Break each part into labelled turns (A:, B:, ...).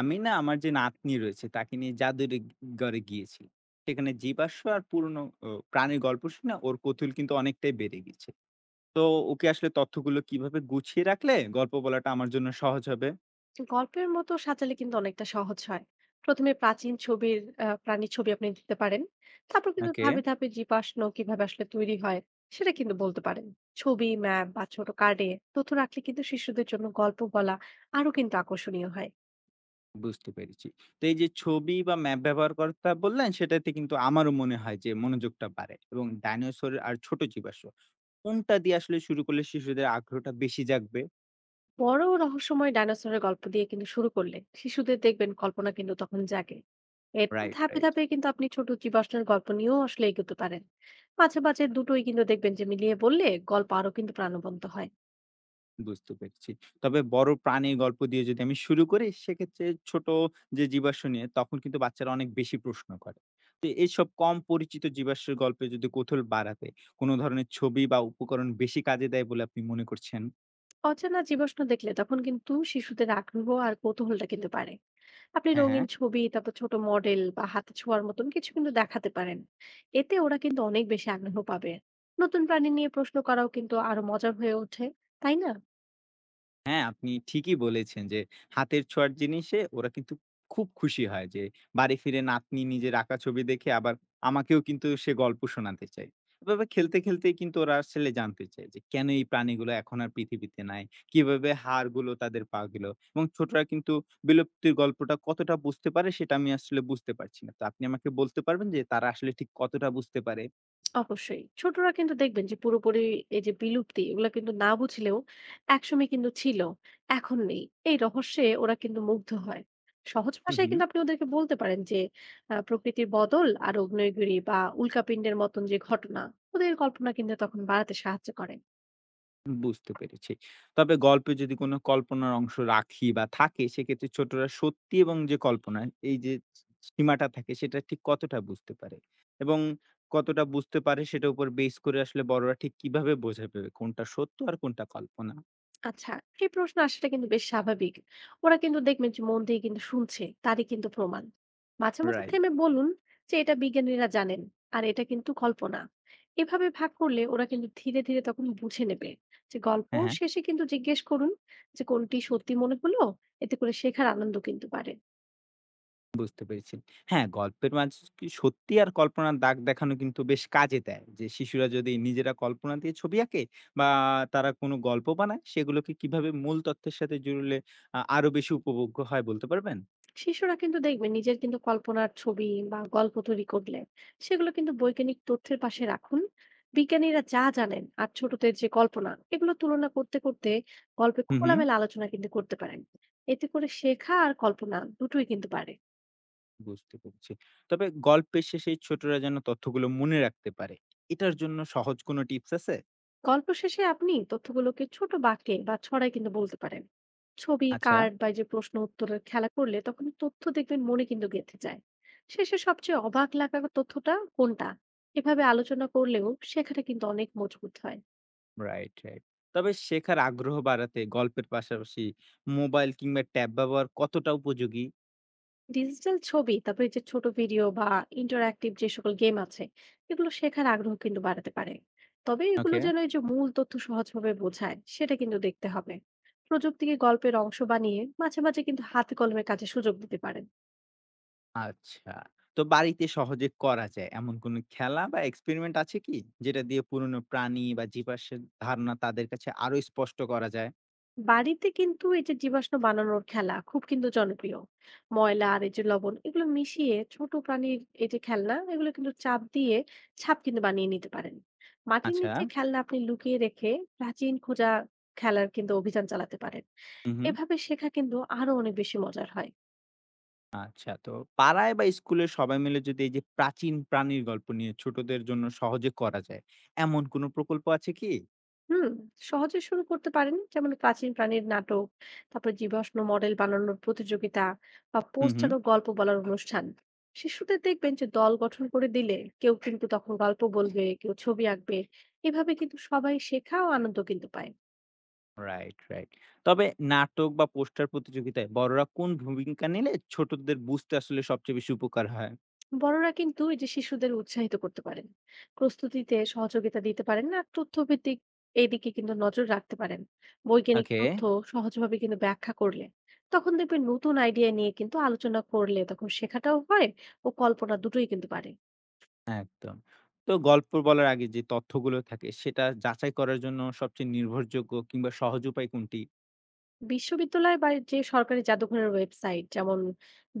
A: আমি না আমার যে নাতনি রয়েছে তাকে নিয়ে জাদুরে ঘরে গিয়েছি। সেখানে জীবাশ্ম আর পুরনো ও প্রাণীর গল্প শুনে ওর কৌতূহল কিন্তু অনেকটাই বেড়ে গেছে। তো ওকে আসলে তথ্যগুলো কিভাবে গুছিয়ে রাখলে গল্প বলাটা আমার জন্য সহজ হবে?
B: গল্পের মতো সাজালে কিন্তু অনেকটা সহজ হয়। প্রথমে প্রাচীন ছবির প্রাণীর ছবি আপনি দিতে পারেন। তারপর কিন্তু
A: ওকে।
B: ধাপে, ধাপে জীবাশ্ম কিভাবে আসলে তৈরি হয় সেটা কিন্তু বলতে পারেন। ছবি, ম্যাপ বা ছোট কার্ডে তথ্য রাখলে কিন্তু শিশুদের জন্য গল্প বলা আরো কিন্তু আকর্ষণীয় হয়।
A: বুঝতে পেরেছি। তো এই যে ছবি বা ম্যাপ ব্যবহার করতা বললেন সেটাতে কিন্তু আমারও মনে হয় যে মনোযোগটা বাড়ে এবং ডাইনোসর আর ছোট জীবাশ্ম কোনটা দিয়ে আসলে শুরু করলে শিশুদের আগ্রহটা বেশি জাগবে?
B: বড় রহস্যময় ডাইনোসরের গল্প দিয়ে কিন্তু শুরু করলে শিশুদের দেখবেন কল্পনা কিন্তু তখন জাগে। এরপর
A: রাইট,
B: ধাপে,
A: রাইট।
B: ধাপে কিন্তু আপনি ছোট জীবাশ্মের গল্প নিয়েও আসলে এগোতে পারেন। মাঝে, মাঝে দুটোই কিন্তু দেখবেন যে মিলিয়ে বললে গল্প আরো কিন্তু প্রাণবন্ত হয়।
A: বুঝতে পেরেছি। তবে বড় প্রাণীর গল্প দিয়ে যদি আমি শুরু করি, সেক্ষেত্রে ছোট যে জীবাশ্ম নিয়ে তখন কিন্তু বাচ্চারা অনেক বেশি প্রশ্ন করে। তো এইসব কম পরিচিত জীবাশ্মের গল্পে যদি কৌতূহল বাড়াতে কোন ধরনের ছবি বা উপকরণ বেশি কাজে দেয় বলে আপনি মনে করছেন?
B: অচেনা জীবাশ্ম দেখলে তখন কিন্তু শিশুদের আগ্রহ আর কৌতূহলটা কিন্তু বাড়ে। আপনি
A: হ্যাঁ, হ্যাঁ।
B: রঙিন ছবি তারপর ছোট মডেল বা হাতে ছোঁয়ার মতন কিছু কিন্তু দেখাতে পারেন। এতে ওরা কিন্তু অনেক বেশি আগ্রহ পাবে। নতুন প্রাণী নিয়ে প্রশ্ন করাও কিন্তু আরো মজার হয়ে ওঠে, তাই না?
A: হ্যাঁ, আপনি ঠিকই বলেছেন যে হাতের ছোঁয়ার জিনিসে ওরা কিন্তু খুব খুশি হয় যে বাড়ি ফিরে নাতনি নিজের আঁকা ছবি দেখে আবার আমাকেও কিন্তু সে গল্প শোনাতে চায়। এভাবে খেলতে, খেলতেই কিন্তু ওরা আসলে জানতে চায় যে কেন এই প্রাণীগুলো এখন আর পৃথিবীতে নাই? কিভাবে হাড়গুলো তাদের পা গেল? এবং ছোটরা কিন্তু বিলুপ্তির গল্পটা কতটা বুঝতে পারে সেটা আমি আসলে বুঝতে পারছি না। তো আপনি আমাকে বলতে পারবেন যে তারা আসলে ঠিক কতটা বুঝতে পারে?
B: অবশ্যই। ছোটরা কিন্তু দেখবেন যে পুরোপুরি এই যে বিলুপ্তি এগুলা কিন্তু না বুঝলেও একসময় কিন্তু ছিল, এখন নেই। এই রহস্যে ওরা কিন্তু মুগ্ধ হয়। সহজ
A: হু,
B: ভাষায়
A: হু।
B: কিন্তু আপনি ওদেরকে বলতে পারেন যে প্রকৃতির বদল আর আগ্নেয়গিরি বা উল্কাপিন্ডের মতন যে ঘটনা ওদের কল্পনা কিন্তু তখন বাড়াতে সাহায্য করে।
A: বুঝতে পেরেছি। তবে গল্পে যদি কোনো কল্পনার অংশ রাখি বা থাকে সেক্ষেত্রে ছোটরা সত্যি এবং যে কল্পনা এই যে সীমাটা থাকে সেটা ঠিক কতটা বুঝতে পারে? এবং কতটা বুঝতে পারে সেটার উপর বেস করে আসলে বড়রা ঠিক কিভাবে বোঝাবে কোনটা সত্য আর কোনটা কল্পনা?
B: আচ্ছা, এই প্রশ্ন আসাটা কিন্তু বেশ স্বাভাবিক। ওরা কিন্তু দেখবেন যে মন দিয়ে কিন্তু শুনছে তারই কিন্তু প্রমাণ। মাঝে মাঝে
A: রাইট।
B: থেমে বলুন যে এটা বিজ্ঞানীরা জানেন, আর এটা কিন্তু কল্পনা। এভাবে ভাগ করলে ওরা কিন্তু ধীরে ধীরে তখন বুঝে নেবে যে গল্প
A: হ্যাঁ, হ্যাঁ।
B: শেষে কিন্তু জিজ্ঞেস করুন যে কোনটি সত্যি মনে হলো। এতে করে শেখার আনন্দ কিন্তু বাড়ে।
A: বুঝতে পেরেছি। হ্যাঁ, গল্পের মাঝে কি সত্যি আর কল্পনার দাগ দেখানো কিন্তু বেশ কাজে দেয়। যে শিশুরা যদি নিজেরা কল্পনা দিয়ে ছবি আঁকে বা তারা কোনো গল্প বানায় সেগুলোকে কিভাবে মূল তথ্যের সাথে জুড়লে আরো বেশি উপভোগ্য হয় বলতে পারবেন?
B: শিশুরা কিন্তু দেখবেন নিজের কিন্তু কল্পনার ছবি বা গল্প তৈরি করলে সেগুলো কিন্তু বৈজ্ঞানিক তথ্যের পাশে রাখুন। বিজ্ঞানীরা যা জানেন আর ছোটদের যে কল্পনা এগুলো তুলনা করতে করতে গল্পে
A: হুম, হুম।
B: খোলামেলা আলোচনা কিন্তু করতে পারেন। এতে করে শেখা আর কল্পনা দুটোই কিন্তু পারে।
A: বুঝতে পেরেছি। তবে গল্পের শেষে ছোটরা যেন তথ্যগুলো মনে রাখতে পারে। এটার জন্য সহজ কোনো টিপস আছে?
B: গল্প শেষে আপনি তথ্যগুলোকে ছোট বাক্যে বা ছড়ায় কিন্তু বলতে পারেন। ছবি
A: আচ্ছা।
B: কার্ড বা এই যে প্রশ্ন উত্তরের খেলা করলে তখন তথ্য দেখবেন মনে কিন্তু গেঁথে যায়। শেষে সবচেয়ে অবাক লাগা তথ্যটা কোনটা, এভাবে আলোচনা করলেও শেখাটা কিন্তু অনেক মজবুত হয়।
A: Right, right. তবে শেখার আগ্রহ বাড়াতে গল্পের পাশাপাশি মোবাইল কিংবা ট্যাব ব্যবহার কতটা উপযোগী?
B: ডিজিটাল ছবি তারপরে যে ছোট ভিডিও বা ইন্টারঅ্যাক্টিভ যে সকল গেম আছে এগুলো শেখার আগ্রহ কিন্তু বাড়াতে পারে। তবে এগুলো
A: ওকে।
B: যেন এই যে মূল তথ্য সহজভাবে বোঝায় সেটা কিন্তু দেখতে হবে। প্রযুক্তিকে গল্পের অংশ বানিয়ে মাঝে মাঝে কিন্তু হাতে কলমে কাজে সুযোগ দিতে পারেন।
A: আচ্ছা। তো বাড়িতে সহজে করা যায় এমন কোনো খেলা বা এক্সপেরিমেন্ট আছে কি? যেটা দিয়ে পুরনো প্রাণী বা জীবাশ্মের ধারণা তাদের কাছে আরো স্পষ্ট করা যায়?
B: বাড়িতে কিন্তু এই যে জীবাশ্ম বানানোর খেলা খুব কিন্তু জনপ্রিয়। ময়লা আর এই যে লবণ এগুলো মিশিয়ে ছোট প্রাণীর এই যে খেলনা এগুলো কিন্তু চাপ দিয়ে ছাপ কিন্তু বানিয়ে নিতে পারেন। মাটির
A: আচ্ছা।
B: নিচে খেলনা আপনি লুকিয়ে রেখে প্রাচীন খোঁজা খেলার কিন্তু অভিযান চালাতে পারেন।
A: হু, হু।
B: এভাবে শেখা কিন্তু আরো অনেক বেশি মজার হয়।
A: আচ্ছা। তো পাড়ায় বা স্কুলে সবাই মিলে যদি এই যে প্রাচীন প্রাণীর গল্প নিয়ে ছোটদের জন্য সহজে করা যায়, এমন কোনো প্রকল্প আছে কি?
B: হুম, সহজে শুরু করতে পারেন যেমন প্রাচীন প্রাণীর নাটক, তারপর জীবাশ্ম মডেল বানানোর প্রতিযোগিতা বা
A: হু, হু।
B: পোস্টার ও গল্প বলার অনুষ্ঠান। শিশুদের দেখবেন যে দল গঠন করে দিলে কেউ কিন্তু তখন গল্প বলবে, কেউ ছবি আঁকবে। এভাবে কিন্তু সবাই শেখা ও আনন্দ কিন্তু পায়।
A: Right, right. তবে নাটক বা পোস্টার প্রতিযোগিতায় বড়রা কোন ভূমিকা নিলে ছোটদের বুঝতে আসলে সবচেয়ে বেশি উপকার হয়?
B: বড়রা কিন্তু এই যে শিশুদের উৎসাহিত করতে পারেন, প্রস্তুতিতে সহযোগিতা দিতে পারেন না তথ্যভিত্তিক এইদিকে কিন্তু নজর রাখতে পারেন। বৈজ্ঞানিক
A: ওকে।
B: তথ্য সহজভাবে কিন্তু ব্যাখ্যা করলে তখন দেখবেন নতুন আইডিয়া নিয়ে কিন্তু আলোচনা করলে তখন শেখাটাও হয় ও কল্পনা দুটোই কিন্তু পারে।
A: একদম। তো গল্প বলার আগে যে তথ্যগুলো থাকে সেটা যাচাই করার জন্য সবচেয়ে নির্ভরযোগ্য কিংবা সহজ উপায় কোনটি?
B: বিশ্ববিদ্যালয় বা যে সরকারি জাদুঘরের ওয়েবসাইট যেমন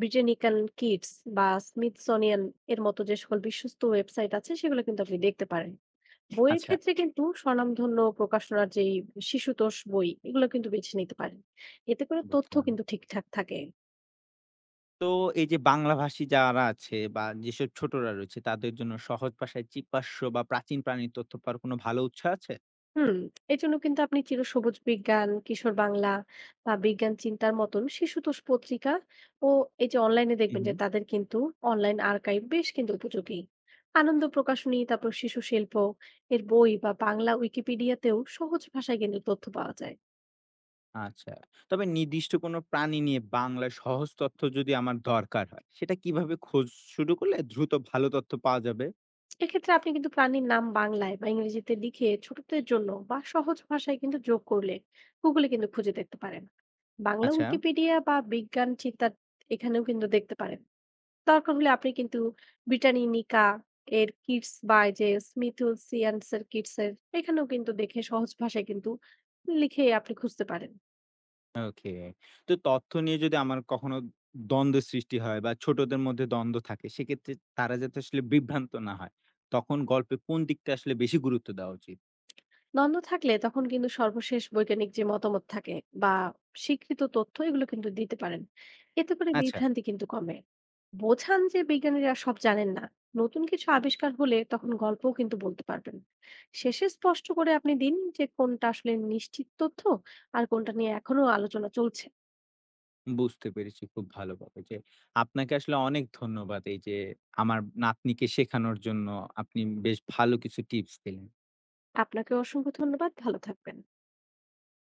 B: ব্রিটানিক্যাল কিডস বা স্মিথসোনিয়ান এর মতো যে সকল বিশ্বস্ত ওয়েবসাইট আছে সেগুলো কিন্তু আপনি দেখতে পারেন। বইয়ের
A: আচ্ছা।
B: ক্ষেত্রে কিন্তু স্বনামধন্য প্রকাশনার যেই শিশুতোষ বই এগুলো কিন্তু বেছে নিতে পারেন। এতে করে তথ্য
A: বুঝলাম।
B: কিন্তু ঠিকঠাক থাকে।
A: তো এই যে বাংলাভাষী যারা আছে বা যেসব ছোটরা রয়েছে তাদের জন্য সহজ ভাষায় জীবাশ্ম বা প্রাচীন প্রাণীর তথ্য পাওয়ার কোনো ভালো উৎস আছে?
B: হুম, এই জন্য কিন্তু আপনি চিরসবুজ বিজ্ঞান কিশোর বাংলা বা বিজ্ঞান চিন্তার মতন শিশুতোষ পত্রিকা ও এই যে অনলাইনে
A: হুম,
B: দেখবেন যে
A: হুম।
B: তাদের কিন্তু অনলাইন আর্কাইভ বেশ কিন্তু উপযোগী। আনন্দ প্রকাশনী তারপর শিশু শিল্প এর বই বা বাংলা উইকিপিডিয়াতেও সহজ ভাষায় কিন্তু তথ্য পাওয়া যায়।
A: আচ্ছা। তবে নির্দিষ্ট কোনো প্রাণী নিয়ে বাংলায় সহজ তথ্য যদি আমার দরকার হয়, সেটা কিভাবে খোঁজ শুরু করলে দ্রুত ভালো তথ্য পাওয়া যাবে?
B: এক্ষেত্রে আপনি কিন্তু প্রাণীর নাম বাংলায় বা ইংরেজিতে লিখে ছোটদের জন্য বা সহজ ভাষায় কিন্তু যোগ করলে গুগলে কিন্তু খুঁজে দেখতে পারেন। বাংলা
A: আচ্ছা।
B: উইকিপিডিয়া বা বিজ্ঞান চিন্তা এখানেও কিন্তু দেখতে পারেন। দরকার হলে আপনি কিন্তু ব্রিটানিনিকা এর কিডস বা এই যে স্মিথুসিয়ান্সের কিডস এর এখানেও কিন্তু দেখে সহজ ভাষায় কিন্তু লিখে আপনি খুঁজতে পারেন।
A: ওকে। তো তথ্য নিয়ে যদি আমার কখনো দ্বন্দ্বের সৃষ্টি হয় বা ছোটদের মধ্যে দ্বন্দ্ব থাকে, সেক্ষেত্রে তারা যাতে আসলে বিভ্রান্ত না হয়, তখন গল্পে কোন দিকটা আসলে বেশি গুরুত্ব দেওয়া উচিত?
B: দ্বন্দ্ব থাকলে তখন কিন্তু সর্বশেষ বৈজ্ঞানিক যে মতামত থাকে বা স্বীকৃত তথ্য এগুলো কিন্তু দিতে পারেন। এতে করে
A: আচ্ছা,
B: বিভ্রান্তি কিন্তু কমে। বোঝান যে বিজ্ঞানীরা সব জানেন না, নতুন কিছু আবিষ্কার হলে তখন গল্পও কিন্তু বলতে পারবেন। শেষে স্পষ্ট করে আপনি দিন যে কোনটা আসলে নিশ্চিত তথ্য আর কোনটা নিয়ে এখনো আলোচনা চলছে।
A: বুঝতে পেরেছি খুব ভালোভাবে যে আপনাকে আসলে অনেক ধন্যবাদ। এই যে আমার নাতনিকে শেখানোর জন্য আপনি বেশ ভালো কিছু টিপস দিলেন।
B: আপনাকে অসংখ্য ধন্যবাদ, ভালো থাকবেন।